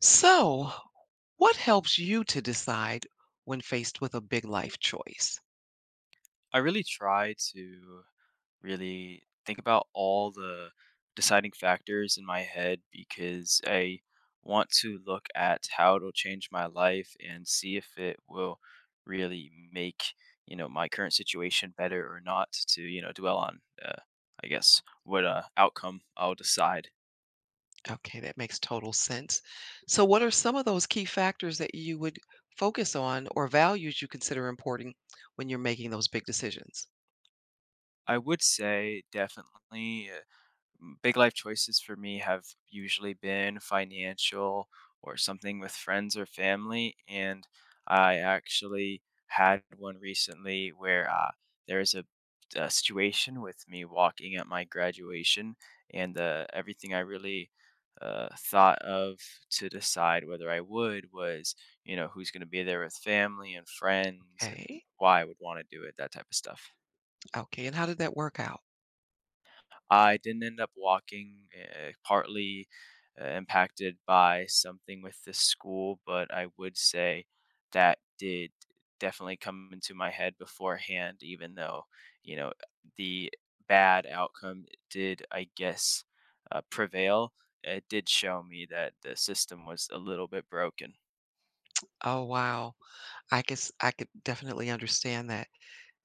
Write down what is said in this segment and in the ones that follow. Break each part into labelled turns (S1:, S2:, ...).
S1: So, what helps you to decide when faced with a big life choice?
S2: I really try to really think about all the deciding factors in my head because I want to look at how it'll change my life and see if it will really make my current situation better or not to dwell on, I guess, what outcome I'll decide.
S1: Okay, that makes total sense. So, what are some of those key factors that you would focus on or values you consider important when you're making those big decisions?
S2: I would say definitely big life choices for me have usually been financial or something with friends or family. And I actually had one recently where there was a situation with me walking at my graduation, and everything I really thought of to decide whether I would was, who's going to be there with family and friends and
S1: Okay.
S2: why I would want to do it, that type of stuff.
S1: Okay. And how did that work out?
S2: I didn't end up walking, partly, impacted by something with the school, but I would say that did definitely come into my head beforehand, even though, you know, the bad outcome did, I guess, prevail. It did show me that the system was a little bit broken.
S1: Oh, wow. I guess I could definitely understand that.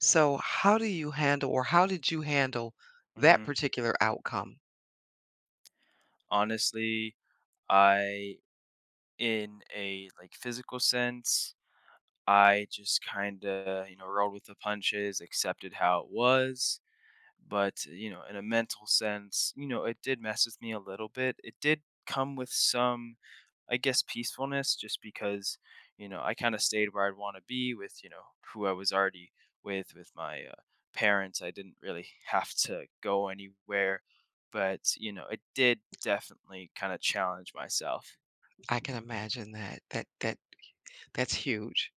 S1: So how do you handle or how did you handle that
S2: Mhm.
S1: particular outcome?
S2: Honestly, I in a, like, physical sense I just kinda, rolled with the punches, accepted how it was, but, in a mental sense, it did mess with me a little bit. It did come with some, I guess, peacefulness just because, I kinda stayed where I'd wanna be with, who I was already with my, parents. I didn't really have to go anywhere, but, it did definitely kinda challenge myself.
S1: I can imagine that. That that's huge.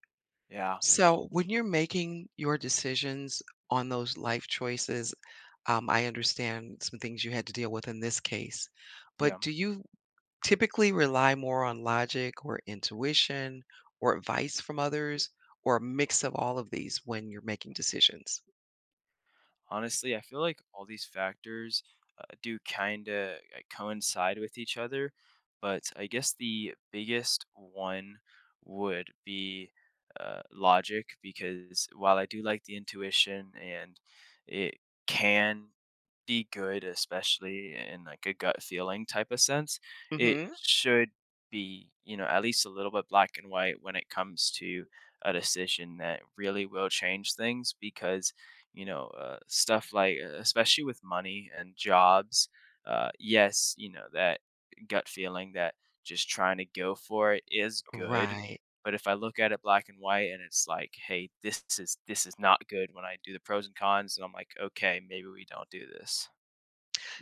S2: Yeah.
S1: So when you're making your decisions on those life choices, I understand some things you had to deal with in this case,
S2: Yeah.
S1: but do you typically rely more on logic or intuition or advice from others or a mix of all of these when you're making decisions?
S2: Honestly, I feel like all these factors do kind of coincide with each other, but I guess the biggest one would be logic because while I do like the intuition and it can be good, especially in like a gut feeling type of sense, it
S1: Hmm.
S2: should be, at least a little bit black and white when it comes to a decision that really will change things because stuff like especially with money and jobs, yes that gut feeling that just trying to go for it is good,
S1: Right.
S2: but if I look at it black and white and it's like, hey, this is not good when I do the pros and cons and I'm like, okay, maybe we don't do this.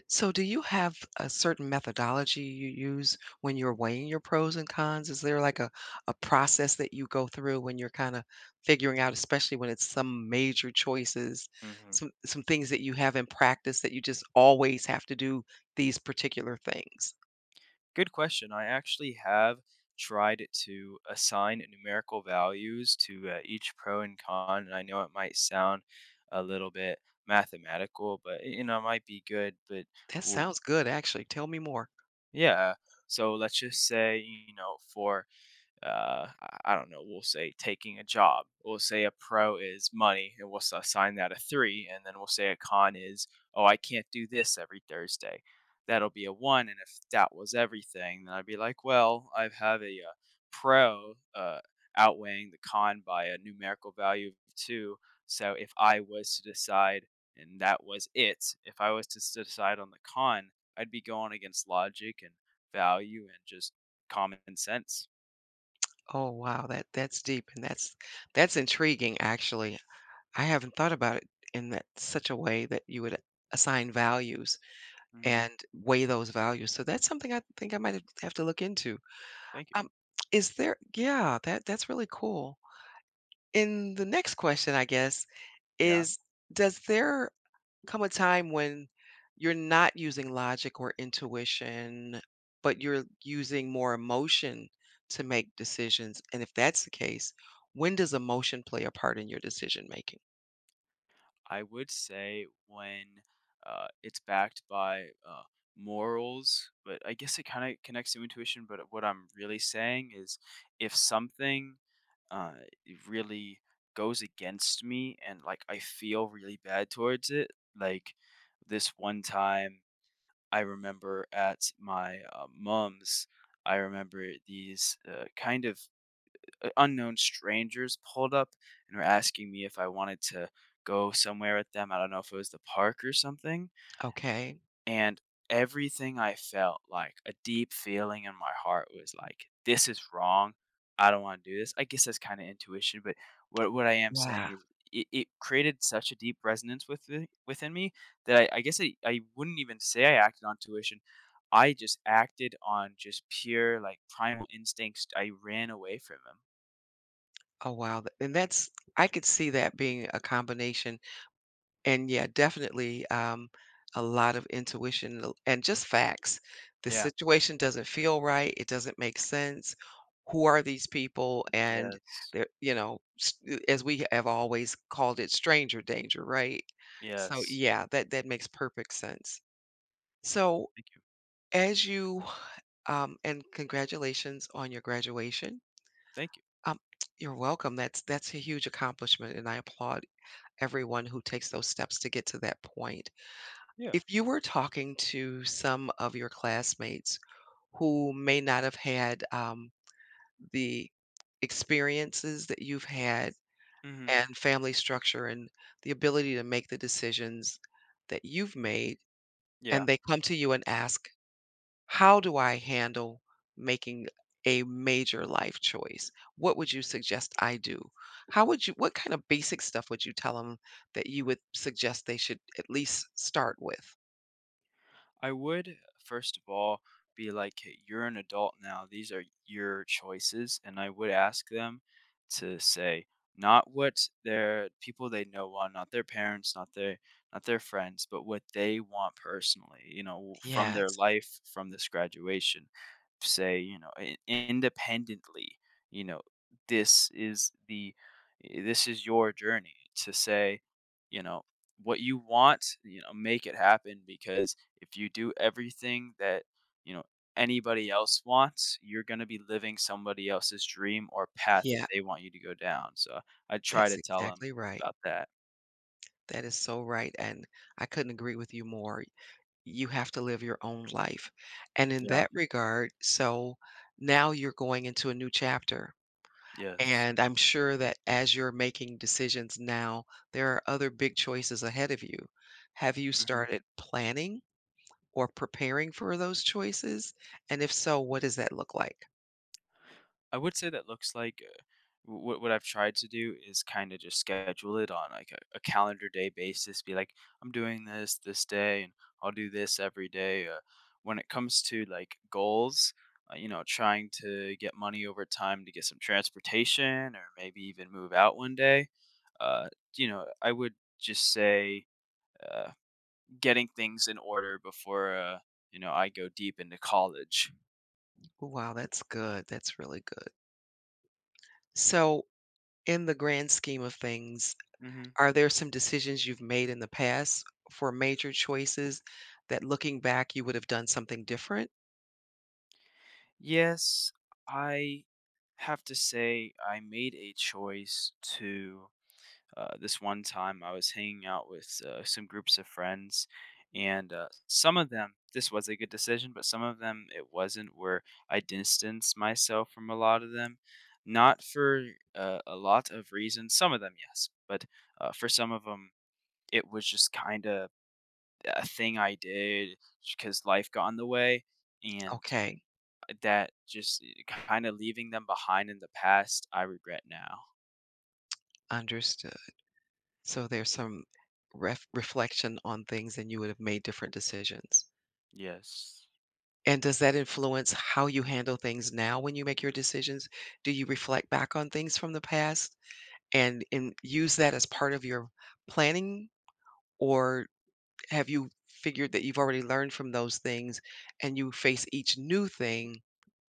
S1: So, do you have a certain methodology you use when you're weighing your pros and cons? Is there like a process that you go through when you're kind of figuring out, especially when it's some major choices,
S2: hmm
S1: some things that you have in practice that you just always have to do these particular things?
S2: Good question. I actually have tried to assign numerical values to each pro and con, and I know it might sound a little bit mathematical, but it might be good. But
S1: That
S2: w
S1: sounds good, actually. Tell me more.
S2: yeah, so let's just say, for I don't know, we'll say taking a job. We'll say a pro is money, and we'll assign that a three. And then we'll say a con is, oh, I can't do this every Thursday. That'll be a one. And if that was everything, then I'd be like, well, I have a pro outweighing the con by a numerical value of two. So if I was to decide, and that was it, if I was to decide on the con, I'd be going against logic and value and just common sense.
S1: Oh, wow, that's deep and that's intriguing, actually. I haven't thought about it in that such a way that you would assign values.
S2: Mhm.
S1: And weigh those values. So that's something I think I might have to look into.
S2: Thank you.
S1: Um, is there yeah, that that's really cool. And the next question, I guess,
S2: Yeah,
S1: is does there come a time when you're not using logic or intuition, but you're using more emotion to make decisions? And if that's the case, when does emotion play a part in your decision making?
S2: I would say when it's backed by morals, but I guess it kind of connects to intuition. But what I'm really saying is if something uh, it really goes against me and like I feel really bad towards it, like this one time I remember at my mom's, I remember these kind of unknown strangers pulled up and were asking me if I wanted to go somewhere with them. I don't know if it was the park or something.
S1: Okay.
S2: And everything I felt, like a deep feeling in my heart, was like, this is wrong. I don't want to do this. I guess that's kind of intuition, but what I am saying
S1: Yeah.
S2: is it created such a deep resonance with me, within me that I guess I wouldn't even say I acted on tuition. I just acted on just pure like primal instincts. I ran away from them.
S1: Oh, wow. And that's, I could see that being a combination. And yeah, definitely, a lot of intuition l and just facts. The
S2: Yeah.
S1: situation doesn't feel right, it doesn't make sense. Who are these people? And
S2: Yes.
S1: they're, you know, s as we have always called it, stranger danger, right? So,
S2: Yes.
S1: yeah, that that makes perfect sense. So,
S2: Thank you.
S1: as you and congratulations on your graduation.
S2: Thank you.
S1: Um, you're welcome. That's a huge accomplishment, and I applaud everyone who takes those steps to get to that point.
S2: Yeah.
S1: If you were talking to some of your classmates who may not have had, the experiences that you've had
S2: Mhm.
S1: and family structure and the ability to make the decisions that you've made,
S2: Yeah.
S1: and they come to you and ask, "How do I handle making a major life choice? What would you suggest I do?" How would you what kind of basic stuff would you tell them that you would suggest they should at least start with?
S2: I would, first of all, be like, "Hey, you're an adult now. These are your choices." And I would ask them to say, not what their people they know want, not their parents, not their friends, but what they want personally, from their
S1: Yes.
S2: life, from this graduation. Say, independently, you know, this is the this is your journey to say, you know, what you want, make it happen because if you do everything that, you know, anybody else wants, you're gonna be living somebody else's dream or path that
S1: Yeah.
S2: they want you to go down, so I try to
S1: That's
S2: tell them
S1: exactly right.
S2: about that.
S1: That is so right, and I couldn't agree with you more. You have to live your own life. And in
S2: Yeah.
S1: that regard, so now you're going into a new chapter.
S2: Yes.
S1: And I'm sure that as you're making decisions now, there are other big choices ahead of you. Have you
S2: Mhm.
S1: started planning or preparing for those choices? And if so, what does that look like?
S2: I would say that looks like what I've tried to do is kind of just schedule it on like a calendar day basis. Be like, I'm doing this this day, and I'll do this every day. When it comes to like goals, trying to get money over time to get some transportation, or maybe even move out one day. Uh, I would just say uh, getting things in order before I go deep into college.
S1: Wow, that's good. That's really good. So, in the grand scheme of things,
S2: hmm
S1: are there some decisions you've made in the past for major choices that looking back you would have done something different?
S2: Yes, I have to say I made a choice to this one time I was hanging out with some groups of friends, and some of them this was a good decision, but some of them it wasn't. Where I distanced myself from a lot of them, not for a lot of reasons. Some of them, yes, but for some of them, it was just kind of a thing I did because life got in the way, and
S1: Okay,
S2: that just kind of leaving them behind in the past, I regret now.
S1: understood. So there's some reflection on things and you would have made different decisions.
S2: Yes.
S1: And does that influence how you handle things now when you make your decisions? Do you reflect back on things from the past and use that as part of your planning or have you figured that you've already learned from those things and you face each new thing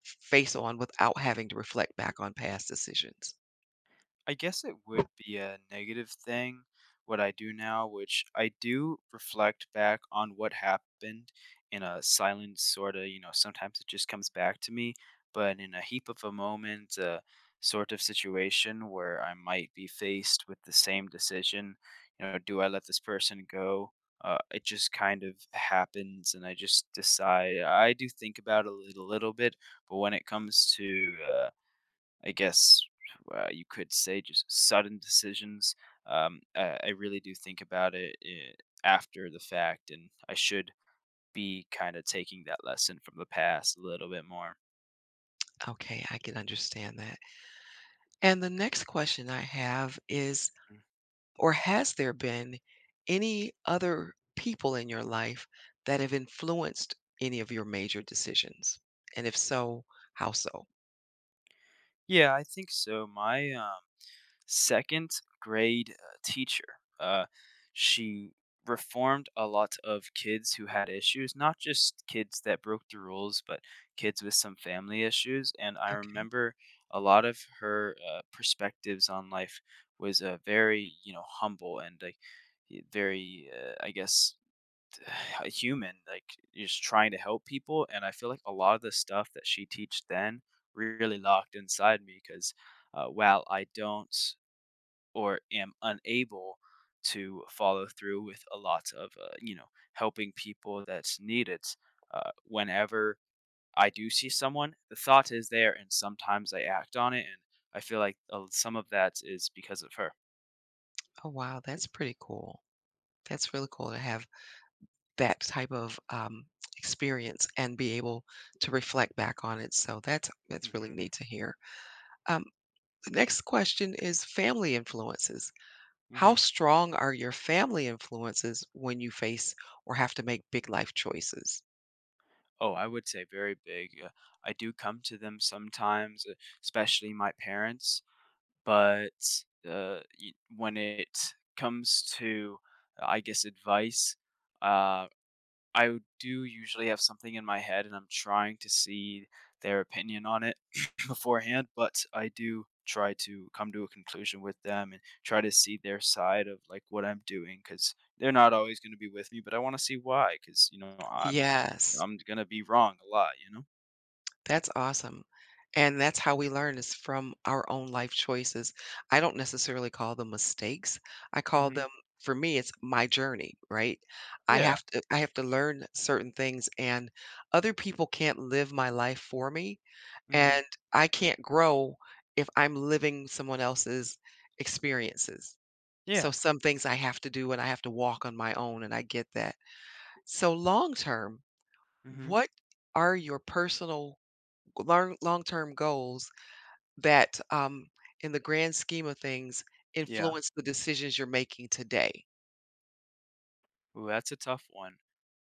S1: face on without having to reflect back on past decisions?
S2: I guess it would be a negative thing, what I do now, which I do reflect back on what happened in a silent sort of, sometimes it just comes back to me, but in a heap of a moment, sort of situation where I might be faced with the same decision. Do I let this person go? It just kind of happens, and I just decide. I do think about it a little, little bit, but when it comes to I guess you could say just sudden decisions. I really do think about it, after the fact, and I should be kind of taking that lesson from the past a little bit more.
S1: Okay, I can understand that. And the next question I have is
S2: Mm.
S1: or has there been any other people in your life that have influenced any of your major decisions? And if so, how so?
S2: Yeah, I think so. My second grade teacher. Uh, she reformed a lot of kids who had issues, not just kids that broke the rules, but kids with some family issues. And I
S1: Okay.
S2: remember a lot of her perspectives on life was very, humble and like very, I guess, a human. Like just trying to help people. And I feel like a lot of the stuff that she teach then really locked inside me because while I don't or am unable to follow through with a lot of, helping people that's needed. Whenever I do see someone, the thought is there, and sometimes I act on it, and I feel like some of that is because of her.
S1: Oh, wow. That's pretty cool. That's really cool to have that type of experience and be able to reflect back on it. So that's really
S2: Hmm.
S1: neat to hear. Um, the next question is family influences. How
S2: Hmm.
S1: strong are your family influences when you face or have to make big life choices?
S2: Oh, I would say very big. I do come to them sometimes, especially my parents, but when it comes to, I guess, advice. Uh, I do usually have something in my head and I'm trying to see their opinion on it beforehand, but I do try to come to a conclusion with them and try to see their side of like what I'm doing cuz they're not always going to be with me, but I want to see why cuz I'm
S1: Yes.
S2: I'm going to be wrong a lot, you know?
S1: That's awesome. And that's how we learn is from our own life choices. I don't necessarily call them mistakes. I call
S2: Mhm.
S1: them for me it's my journey, right? I
S2: Yeah.
S1: have to I have to learn certain things and other people can't live my life for me
S2: Mhm.
S1: and I can't grow if I'm living someone else's experiences. So
S2: Yeah.
S1: some things I have to do and I have to walk on my own and I get that. So long term,
S2: Mhm.
S1: what are your personal long-term goals that in the grand scheme of things
S2: Yeah.
S1: influence the decisions you're making today.
S2: Ooh, that's a tough one.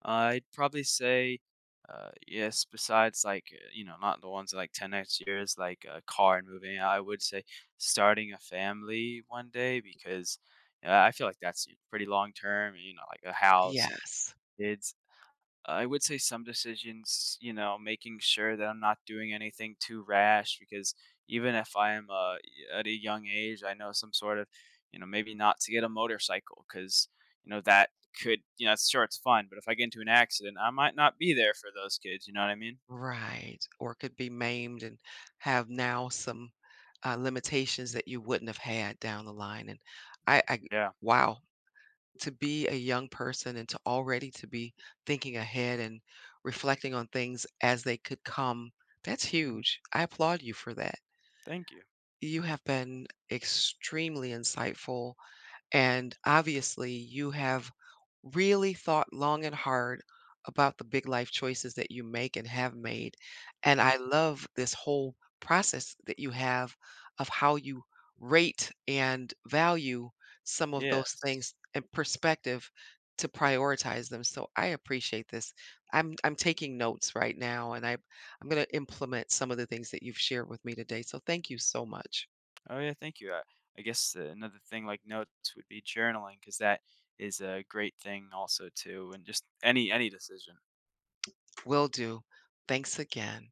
S2: I'd probably say, yes, besides like, not the ones like 10 next years, like a car and moving, I would say starting a family one day because I feel like that's pretty long term, like a house and
S1: Yes.
S2: kids. I would say some decisions, making sure that I'm not doing anything too rash because even if I am at a young age, I know some sort of, maybe not to get a motorcycle because, that could, it's sure it's fun, but if I get into an accident, I might not be there for those kids. You know what I mean?
S1: Right. Or could be maimed and have now some limitations that you wouldn't have had down the line. And I, I,
S2: Yeah.
S1: wow, to be a young person and to already to be thinking ahead and reflecting on things as they could come, that's
S2: Hmm.
S1: huge. I applaud you for that.
S2: Thank you.
S1: You have been extremely insightful. And obviously, you have really thought long and hard about the big life choices that you make and have made. And I
S2: Hmm.
S1: love this whole process that you have of how you rate and value some of those
S2: Yes.
S1: things and perspective to prioritize them. So I appreciate this. I'm taking notes right now and I'm going to implement some of the things that you've shared with me today. So thank you so much.
S2: Oh, yeah. Thank you. I guess another thing like notes would be journaling because that is a great thing also too and just any decision
S1: Will do. Thanks again.